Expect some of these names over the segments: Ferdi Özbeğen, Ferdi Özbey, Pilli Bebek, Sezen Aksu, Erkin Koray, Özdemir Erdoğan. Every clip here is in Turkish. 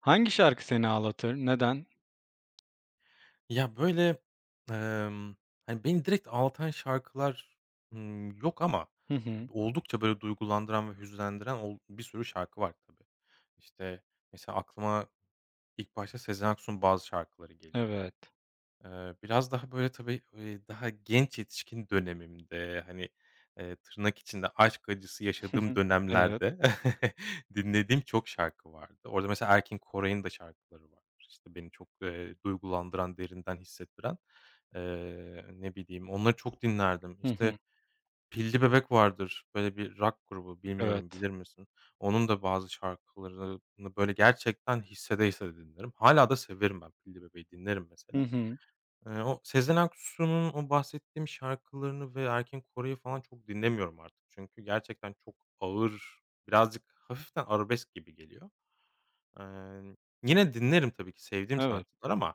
Hangi şarkı seni ağlatır? Neden? Ya, böyle, emm, hani, beni direkt ağlatan şarkılar, yok ama Hı hı. oldukça, böyle, duygulandıran ve hüzünlendiren bir sürü şarkı var tabii. İşte, mesela aklıma ilk başta Sezen Aksu'nun bazı şarkıları geliyor. Evet. Biraz daha, böyle, tabii, daha genç yetişkin dönemimde, hani, tırnak içinde aşk acısı Hı yaşadığım hı. Evet. dönemlerde dinlediğim çok şarkı vardı. Orada mesela Erkin Koray'ın da şarkıları var. İşte, beni çok, duygulandıran, derinden hissettiren. Ne bileyim, onları çok dinlerdim. Hı İşte, hı. Pilli Bebek vardır, böyle bir rock grubu, bilmiyorum Evet. bilir misin? Onun da bazı şarkılarını, böyle, gerçekten hissede hissede dinlerim. Hâlâ da severim ben Pilli Bebek'i dinlerim Hı mesela. hı. O Sezen Aksu'nun o bahsettiğim şarkılarını ve Erkin Koray'ı falan çok dinlemiyorum artık. Çünkü gerçekten çok ağır, birazcık hafiften arabesk gibi geliyor. Eee, yine dinlerim tabii ki sevdiğim Evet. sanatçılar ama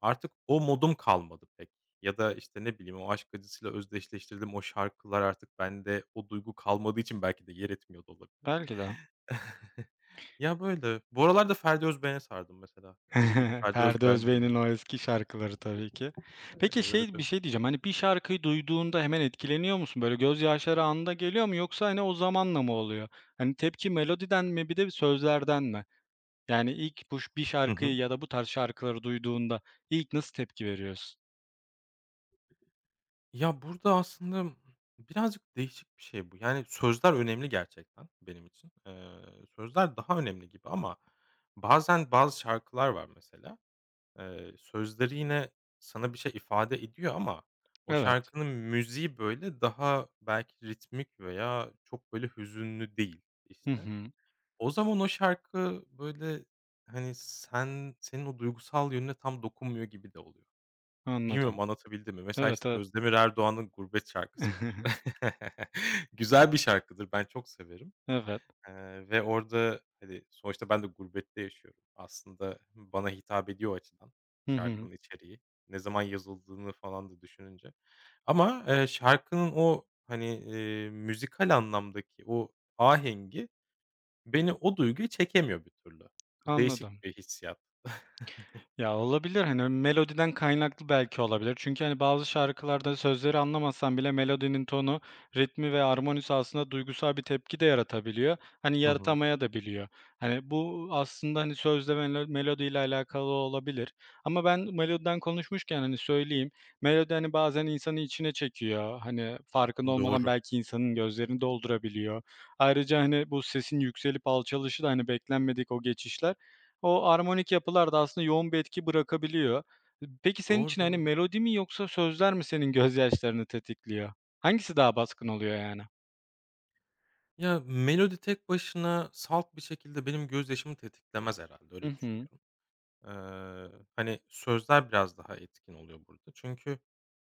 artık o modum kalmadı pek. Ya da, işte, ne bileyim, o aşk acısıyla özdeşleştirdiğim o şarkılar artık bende o duygu kalmadığı için belki de yer etmiyor da olabilir. Belki de. Ya, böyle. Bu aralar da Ferdi Özbeğen'e sardım mesela. Deli gibi Ferdi Ferdi Özbeğen Özbey'in dinliyorum. o eski şarkıları tabii ki. Evet, Peki şey bir evet. şey diyeceğim, hani, bir şarkıyı duyduğunda hemen etkileniyor musun? Böyle gözyaşları anında geliyor mu yoksa, hani, o zamanla mı oluyor? Hani, tepki melodiden mi bir de sözlerden mi? Yani ilk bu bir Hı şarkıyı hı. ya da bu tarz şarkıları duyduğunda ilk nasıl tepki veriyorsun? Ya, burada aslında birazcık değişik bir şey bu. Yani, sözler önemli gerçekten benim için. Sözler daha önemli gibi ama bazen bazı şarkılar var mesela. Sözleri yine sana bir şey ifade ediyor ama o Evet. şarkının müziği, böyle, daha belki ritmik veya çok, böyle, hüzünlü değil, Hı işte. hı. O zaman o şarkı, böyle, hani, senin o duygusal yönüne tam dokunmuyor gibi de oluyor. Anladım. Bilmiyorum anlatabildim mi? Mesela, Evet, işte, evet. Özdemir Erdoğan'ın Gurbet şarkısı var. Güzel bir şarkıdır, ben çok severim, Evet. Ve orada, hani, sonuçta ben de gurbette yaşıyorum. Aslında bana hitap ediyor o açıdan Hı hı. şarkının içeriği. Ne zaman yazıldığını falan da düşününce ama, şarkının o, hani, müzikal anlamdaki o ahengi beni o duyguyu çekemiyor bir türlü. Anladım. Değişik bir hissiyat. Ya, olabilir, hani, melodiden kaynaklı belki olabilir. Çünkü, hani, bazı şarkılarda sözleri anlamasan bile melodinin tonu, ritmi ve armonisi aslında duygusal bir tepki de yaratabiliyor. Hani, Hı hı. yaratamaya da biliyor. Hani, bu aslında, hani, sözle melodiyle alakalı olabilir ama ben melodiden konuşmuşken, hani, söyleyeyim. Melodi, hani, bazen insanı içine çekiyor. Hani, farkında olmadan Doğru. belki insanın gözlerini doldurabiliyor. Ayrıca, hani, bu sesin yükselip alçalışı da, hani, beklenmedik o geçişler. O armonik yapılar da aslında yoğun bir etki bırakabiliyor. Peki senin Doğru, için, hani, doğru. melodi mi yoksa sözler mi senin gözyaşlarını tetikliyor? Hangisi daha baskın oluyor yani? Ya, melodi tek başına salt bir şekilde benim gözyaşımı tetiklemez herhalde, Hı öyle hı. düşünüyorum. Hani, sözler biraz daha etkin oluyor burada. Çünkü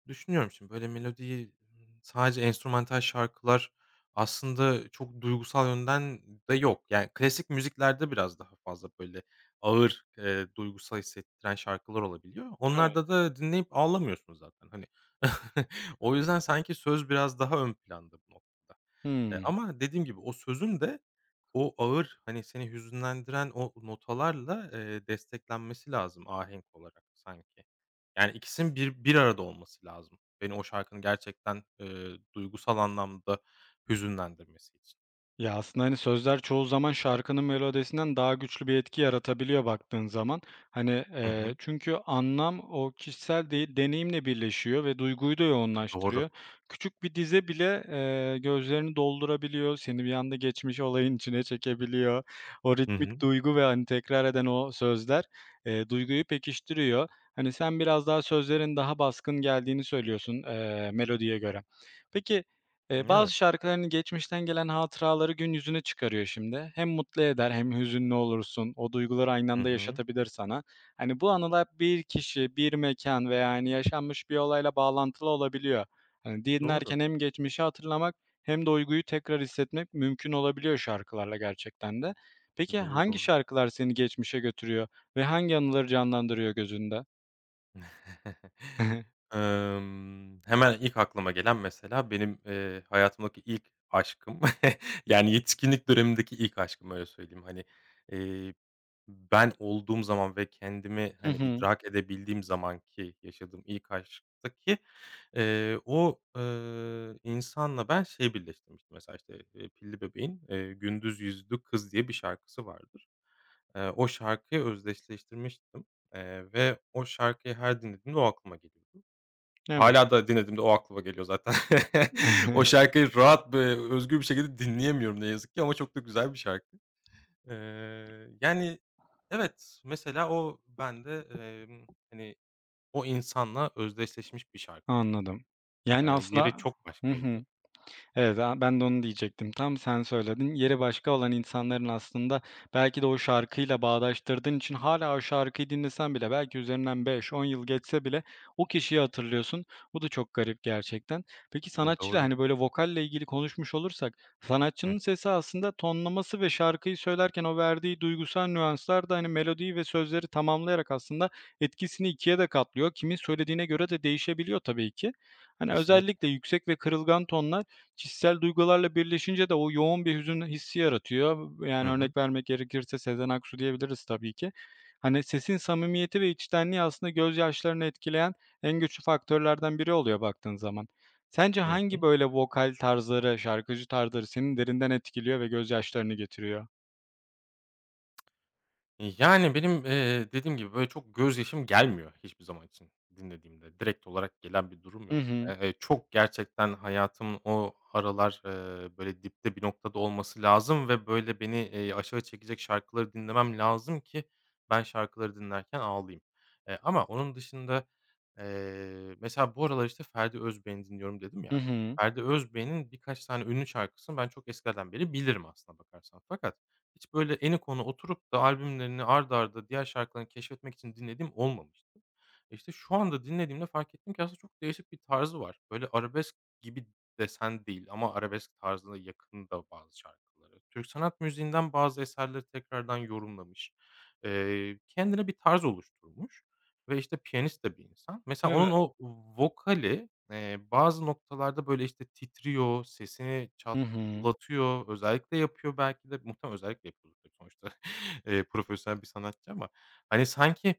düşünüyorum şimdi, böyle, melodiyi sadece enstrümantal şarkılar aslında çok duygusal yönden de yok. Yani, klasik müziklerde biraz daha fazla, böyle, ağır, duygusal hissettiren şarkılar olabiliyor. Evet. Onlarda da dinleyip ağlamıyorsun zaten, hani. O yüzden sanki söz biraz daha ön planda bu noktada. Eee, Hıı. ama dediğim gibi o sözün de o ağır, hani, seni hüzünlendiren o notalarla, desteklenmesi lazım ahenk olarak sanki. Yani, ikisinin bir arada olması lazım. Beni o şarkının gerçekten, duygusal anlamda hüzünlendirmesi için. Ya, aslında, hani, sözler çoğu zaman şarkının melodisinden daha güçlü bir etki yaratabiliyor baktığın zaman. Hani, Hı hı. çünkü anlam o kişisel de deneyimle birleşiyor ve duyguyu da Doğru. yoğunlaştırıyor. Küçük bir dize bile, gözlerini doldurabiliyor, seni bir anda geçmiş olayın içine çekebiliyor. O Hı hı. ritmik duygu ve, hani, tekrar eden o sözler, duyguyu pekiştiriyor. Hani, sen biraz daha sözlerin daha baskın geldiğini söylüyorsun, melodiye göre. Peki, bazı Evet. şarkıların geçmişten gelen hatıraları gün yüzüne çıkarıyor şimdi. Hem mutlu eder hem hüzünlü olursun. O duyguları aynı Hı anda hı. yaşatabilir sana. Hani, bu anılar bir kişi, bir mekan veya, hani, yaşanmış bir olayla bağlantılı olabiliyor. Hani, Doğru. dinlerken hem geçmişi hatırlamak hem de duyguyu tekrar hissetmek mümkün olabiliyor şarkılarla gerçekten de. Peki Doğru, hangi doğru. şarkılar seni geçmişe götürüyor ve hangi anıları canlandırıyor gözünde? Hemen ilk aklıma gelen mesela benim, hayatımdaki ilk aşkım. Yani yetişkinlik dönemindeki ilk aşkım, öyle söyleyeyim. Hani, eee, ben olduğum zaman ve kendimi, Hı hani, hı. idrak edebildiğim zamanki yaşadığım ilk aşktaki, o, insanla ben şey birleştirmiştim mesela, işte, Pilli Bebek'in, "Gündüz Yüzlü Kız" diye bir şarkısı vardır. O şarkıyı özdeşleştirmiştim. Ve o şarkıyı her dinlediğimde o aklıma geliyordu. Evet. Hâlâ da dinlediğimde o aklıma geliyor zaten. O şarkıyı rahat ve özgür bir şekilde dinleyemiyorum ne yazık ki ama çok da güzel bir şarkı. Eee, yani, evet, mesela o bende, hani, o insanla özdeşleşmiş bir şarkıdır. Anladım. Yani Yeri aslında. çok Hı başkaydı. hı. Evet, ben de onu diyecektim tam, sen söyledin. Yeri başka olan insanların aslında belki de o şarkıyla bağdaştırdığın için hala o şarkıyı dinlesen bile belki üzerinden 5, 10 yıl geçse bile o kişiyi hatırlıyorsun. Bu da çok garip gerçekten. Peki sanatçıyla, Doğru. hani, böyle vokalle ilgili konuşmuş olursak, Hı. sanatçının sesi aslında tonlaması ve şarkıyı söylerken o verdiği duygusal nüanslar da, hani, melodiyi ve sözleri tamamlayarak aslında etkisini ikiye de katlıyor. Kimin söylediğine göre de değişebiliyor tabii ki. Hani, Kesinlikle. özellikle yüksek ve kırılgan tonlar. Kişisel duygularla birleşince de o yoğun bir hüzün hissi yaratıyor. Yani Hı hı. örnek vermek gerekirse Sezen Aksu diyebiliriz tabii ki. Hani sesin samimiyeti ve içtenliği aslında gözyaşlarını etkileyen en güçlü faktörlerden biri oluyor baktığın zaman. Sence Hı hangi hı. böyle vokal tarzları, şarkıcı tarzları senin derinden etkiliyor ve gözyaşlarını getiriyor? Yani, benim, dediğim gibi, böyle, çok gözyaşım gelmiyor hiçbir zaman için dinlediğimde. Direkt olarak gelen bir durum Hı yok. hı. Çok gerçekten hayatımın o aralar, böyle, dipte bir noktada olması lazım ve, böyle, beni, aşağı çekecek şarkıları dinlemem lazım ki ben şarkıları dinlerken ağlayayım. Ama onun dışında, mesela bu aralar, işte, Ferdi Özbeğeni dinliyorum dedim ya. Hı hı. Ferdi Özbeğen'in birkaç tane ünlü şarkısını ben çok eskiden beri bilirim aslına bakarsan. Fakat hiç böyle eni konu oturup da albümlerini art arda diğer şarkılarını keşfetmek için dinlediğim olmamıştı. İşte şu anda dinlediğimde fark ettim ki aslında çok değişik bir tarzı var. Böyle arabesk gibi desen değil ama arabesk tarzına yakın da bazı şarkıları. Türk sanat müziğinden bazı eserleri tekrardan yorumlamış. Kendine bir tarz oluşturmuş ve işte piyanist de bir insan. Mesela onun Evet. o vokali, bazı noktalarda böyle işte titriyor, sesini çat. Hı hı. Anlatıyor, özellikle yapıyor belki de. Muhtemelen özellikle yapıyordur tabii sonuçta, profesyonel bir sanatçı ama hani sanki,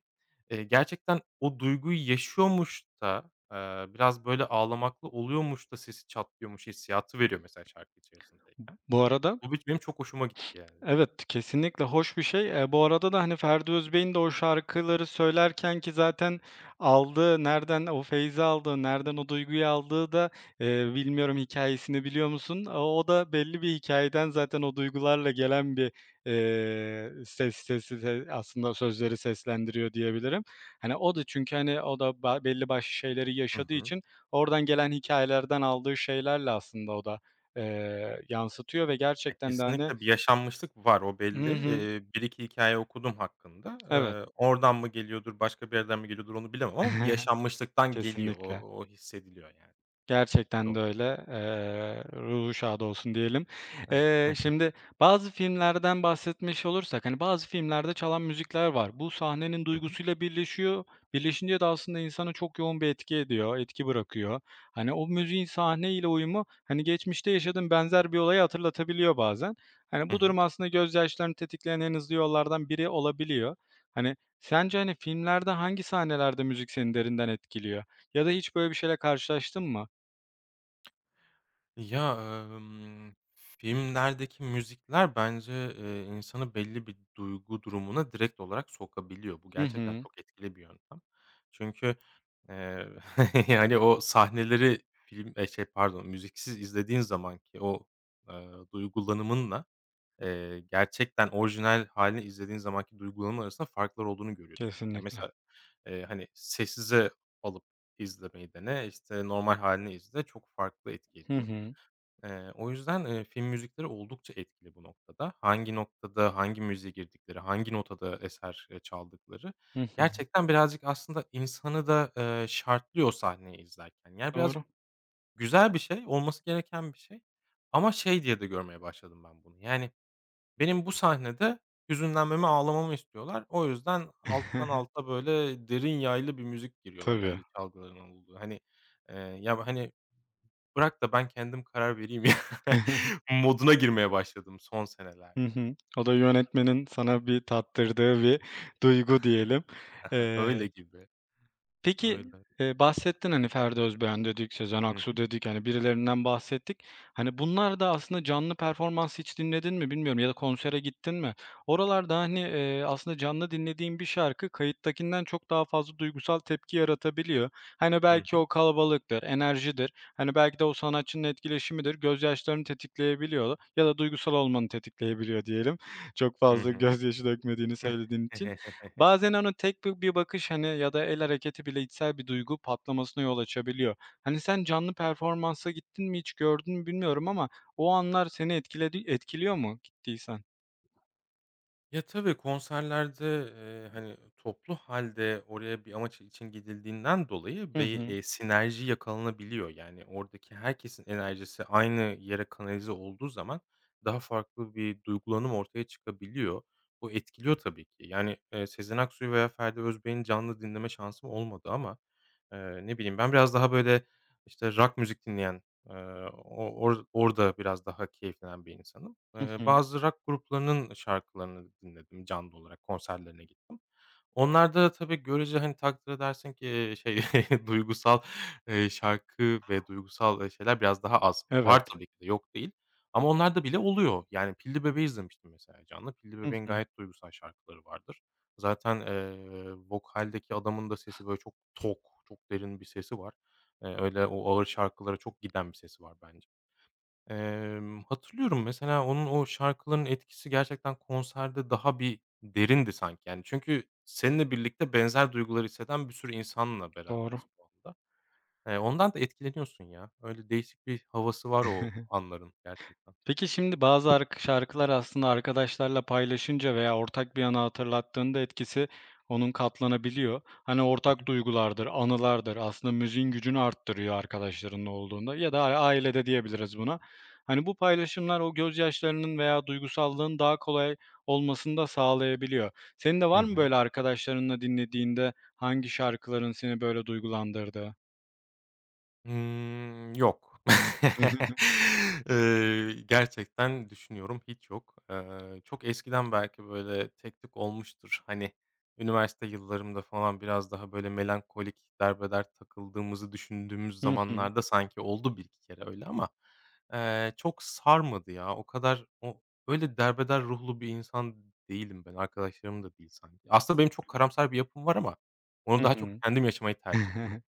gerçekten o duyguyu yaşıyormuş da, biraz böyle ağlamaklı oluyormuş da sesi çatlıyormuş hissiyatı veriyor mesela şarkı içerisindeyken. Bu arada. Bu bir benim çok hoşuma gitti yani. Evet, kesinlikle hoş bir şey. Bu arada da, hani, Ferdi Özbey'in de o şarkıları söylerken ki zaten aldığı, nereden o feyzi aldığı, nereden o duyguyu aldığı da, bilmiyorum hikayesini biliyor musun? O da belli bir hikayeden zaten o duygularla gelen bir, ses sesi se aslında sözleri seslendiriyor diyebilirim. Hani, o da çünkü, hani, o da belli başlı şeyleri Hı yaşadığı hı. için oradan gelen hikayelerden aldığı şeylerle aslında o da, yansıtıyor ve Ya, gerçekten de, hani. kesinlikle bir yaşanmışlık var, o belli. Hı hı. 1-2 hikâye okudum hakkında. Evet. Oradan mı geliyordur, başka bir yerden mi geliyordur onu bilemem ama bir yaşanmışlıktan geliyor. O Kesinlikle. o hissediliyor yani. Gerçekten de Doğru. öyle. Ruhu şad olsun diyelim. Şimdi bazı filmlerden bahsetmiş olursak, hani, bazı filmlerde çalan müzikler var. Bu sahnenin duygusuyla birleşiyor. Birleşince de aslında insana çok yoğun bir etki ediyor, etki bırakıyor. Hani, o müziğin sahneyle uyumu, hani, geçmişte yaşadığın benzer bir olayı hatırlatabiliyor bazen. Hani, Hı bu durum hı. aslında gözyaşlarını tetikleyen en hızlı yollardan biri olabiliyor. Hani, sence, hani, filmlerde hangi sahnelerde müzik seni derinden etkiliyor ya da hiç böyle bir şeyle karşılaştın mı? Ya, filmlerdeki müzikler bence, insanı belli bir duygu durumuna direkt olarak sokabiliyor. Bu Hı gerçekten hı. çok etkili bir yöntem. Çünkü, eee, yani, o sahneleri film şey pardon, müziksiz izlediğin zaman ki o, duygulanımınla, gerçekten orijinal halini izlediğin zamanki duygulanım arasında farklar olduğunu görüyorsun. Yani Kesinlikle. mesela, hani, sessize alıp izlemeyi dene, işte, normal halini izle, çok farklı etki Hı ediyor. hı. O yüzden, film müzikleri oldukça etkili bu noktada. Hangi noktada hangi müziğe girdikleri, hangi notada eser, çaldıkları Hı hı. gerçekten birazcık aslında insanı da, şartlıyor sahneyi izlerken. Yani, birazcık Doğru. güzel bir şey, olması gereken bir şey ama şey diye de görmeye başladım ben bunu, yani, benim bu sahnede hüzünlenmemi, ağlamamı istiyorlar. O yüzden alttan alta böyle derin yaylı bir müzik giriyorlar, Tabii. yaylı çalgıların olduğu. Hani, eee, ya, hani, bırak da ben kendim karar vereyim ya moduna girmeye başladım son Hı senelerde. hı. O da yönetmenin sana bir tattırdığı bir duygu diyelim. Öyle Eee gibi. Peki, Öyle. Bahsettin, hani, Ferdi Özbeğen dedik, Sezen Hı Aksu hı. dedik, hani, birilerinden bahsettik. Hani, bunlar da aslında canlı performans hiç dinledin mi bilmiyorum ya da konsere gittin mi? Oralarda, hani, aslında canlı dinlediğin bir şarkı kayıttakinden çok daha fazla duygusal tepki yaratabiliyor. Hani, Hı belki hı. o kalabalıktır, enerjidir, hani, belki de o sanatçının etkileşimidir, gözyaşlarını tetikleyebiliyor ya da duygusal olmanı tetikleyebiliyor diyelim, çok Hı fazla hı. gözyaşı dökmediğini söylediğin için. Bazen, onun tek bir bakış, hani, ya da el hareketi bile içsel bir duygu patlamasına yol açabiliyor. Hani, sen canlı performansa gittin mi hiç, gördün mü bilmiyorum ama o anlar seni etkiliyor mu gittiysen? Ya, tabii konserlerde, hani, toplu halde oraya bir amaç için gidildiğinden dolayı Hı bir, hı. Sinerji yakalanabiliyor. Yani, oradaki herkesin enerjisi aynı yere kanalize olduğu zaman daha farklı bir duygulanım ortaya çıkabiliyor. Bu etkiliyor tabii ki. Yani, Sezen Aksu'yu veya Ferdi Özbeğen'i canlı dinleme şansım olmadı ama, ne bileyim ben biraz daha böyle, işte, rock müzik dinleyen o or orada biraz daha keyiflenen bir insanım. Hı Eee, hı. bazı rock gruplarının şarkılarını dinledim canlı olarak, konserlerine gittim. Onlarda da tabii görece, hani, takdir edersin ki, şey, duygusal, şarkı ve duygusal, şeyler biraz daha az. Var Evet. tabii ki de, yok değil ama onlarda bile oluyor. Yani, Pilli Bebeği izlemiştim mesela canlı. Pilli Hı Bebek'in hı. gayet duygusal şarkıları vardır. Zaten, vokaldeki adamın da sesi böyle çok tok, çok derin bir sesi var. Öyle o ağır şarkılara çok giden bir sesi var bence. Hatırlıyorum mesela onun o şarkıların etkisi gerçekten konserde daha bir derindi sanki, yani. Çünkü seninle birlikte benzer duyguları hisseden bir sürü insanla Doğru. berabersin o anda. Ondan da etkileniyorsun ya. Öyle değişik bir havası var o anların gerçekten. Peki şimdi bazı şarkılar aslında arkadaşlarla paylaşınca veya ortak bir anı hatırlattığında etkisi onun katlanabiliyor. Hani Hı hı. ortak duygulardır, anılardır. Aslında müziğin gücünü arttırıyor arkadaşlarının olduğunda ya da ailede diyebiliriz buna. Hani bu paylaşımlar o gözyaşlarının veya duygusallığın daha kolay olmasını da sağlayabiliyor. Senin de Hı var mı hı. böyle arkadaşlarınla dinlediğinde hangi şarkıların seni böyle duygulandırdı? Yok. Gerçekten düşünüyorum, hiç yok. Çok eskiden belki, böyle, tek tük olmuştur. Hani, üniversite yıllarımda falan biraz daha, böyle, melankolik, derbeder takıldığımızı düşündüğümüz Hı hı. zamanlarda sanki oldu bir iki kere öyle ama, çok sarmadı ya. O kadar o öyle derbeder ruhlu bir insan değilim ben, arkadaşlarım da değil sanki. Aslında benim çok karamsar bir yapım var ama onu Hı daha çok hı. kendim yaşamayı tercih ediyorum.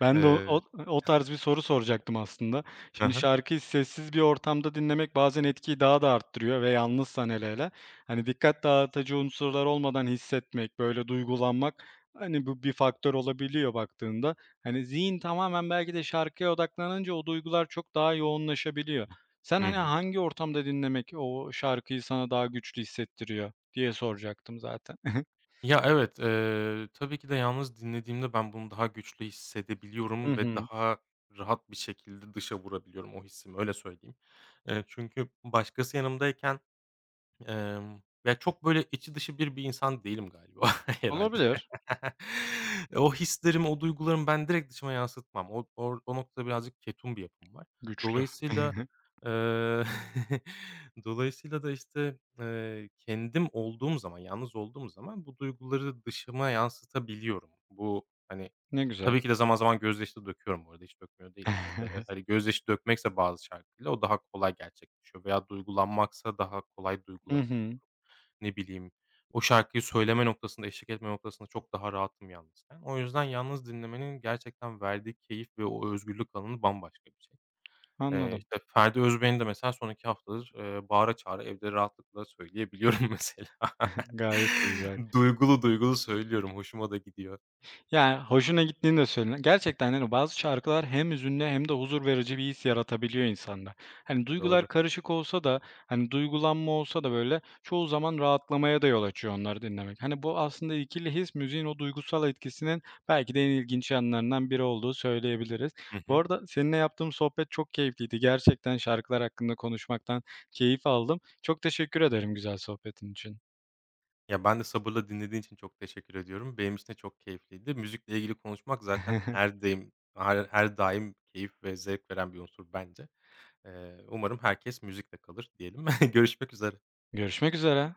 Ben de o Eee o o tarz bir soru soracaktım aslında. Hı Şimdi hı. şarkıyı sessiz bir ortamda dinlemek bazen etkiyi daha da arttırıyor ve yalnızsan hele hele. Hani dikkat dağıtıcı unsurlar olmadan hissetmek, böyle duygulanmak, hani bu bir faktör olabiliyor baktığında. Hani zihin tamamen belki de şarkıya odaklanınca o duygular çok daha yoğunlaşabiliyor. Sen Hı hani hı. hangi ortamda dinlemek o şarkıyı sana daha güçlü hissettiriyor diye soracaktım zaten. Ya, evet, tabii ki de yalnız dinlediğimde ben bunu daha güçlü Hı hissedebiliyorum ve hı. daha rahat bir şekilde dışa vurabiliyorum o hissimi, öyle söyleyeyim. Çünkü başkası yanımdayken ya, çok böyle içi dışı bir insan değilim galiba herhâlde. Olabilir. O hislerimi, o duygularımı ben direkt dışıma yansıtmam. O noktada birazcık ketum bir yapım var. Güçlü. Dolayısıyla, eee, dolayısıyla da, işte, kendim olduğum zaman, yalnız olduğum zaman bu duyguları dışıma yansıtabiliyorum. Bu, hani. Ne güzel. Tabii ki de zaman zaman gözyaşı döküyorum bu arada, hiç dökmüyor değilim. İşte, hani, gözyaşı dökmekse bazı şarkıyla o daha kolay gerçekleşiyor veya duygulanmaksa daha kolay Hı hı. duygulanabiliyorum. Ne bileyim, o şarkıyı söyleme noktasında, eşlik etme noktasında çok daha rahatım yalnızken. O yüzden yalnız dinlemenin gerçekten verdiği keyif ve o özgürlük alanı bambaşka bir şey. Anladım. İşte, Ferdi Özbeğen'i de mesela son 2 haftadır, bağıra çağıra evde rahatlıkla söyleyebiliyorum mesela. Gayet güzel. Duygulu duygulu söylüyorum, hoşuma da gidiyor. Yani, hoşuna gittiğini de söyle. Gerçekten, hani, bazı şarkılar hem hüzünlü hem de huzur verici bir his yaratabiliyor insanda. Hani, duygular Doğru. karışık olsa da, hani, duygulanma olsa da, böyle, çoğu zaman rahatlamaya da yol açıyor onları dinlemek. Hani, bu aslında ikili his müziğin o duygusal etkisinin belki de en ilginç yanlarından biri olduğu söyleyebiliriz. Hı Bu hı. arada seninle yaptığım sohbet çok keyifliydi. Gerçekten şarkılar hakkında konuşmaktan keyif aldım. Çok teşekkür ederim güzel sohbetin için. Ya, ben de sabırla dinlediğin için çok teşekkür ediyorum. Benim için de çok keyifliydi. Müzikle ilgili konuşmak zaten her daim her daim keyif ve zevk veren bir unsur bence. Umarım herkes müzikle kalır diyelim. Görüşmek üzere. Görüşmek üzere.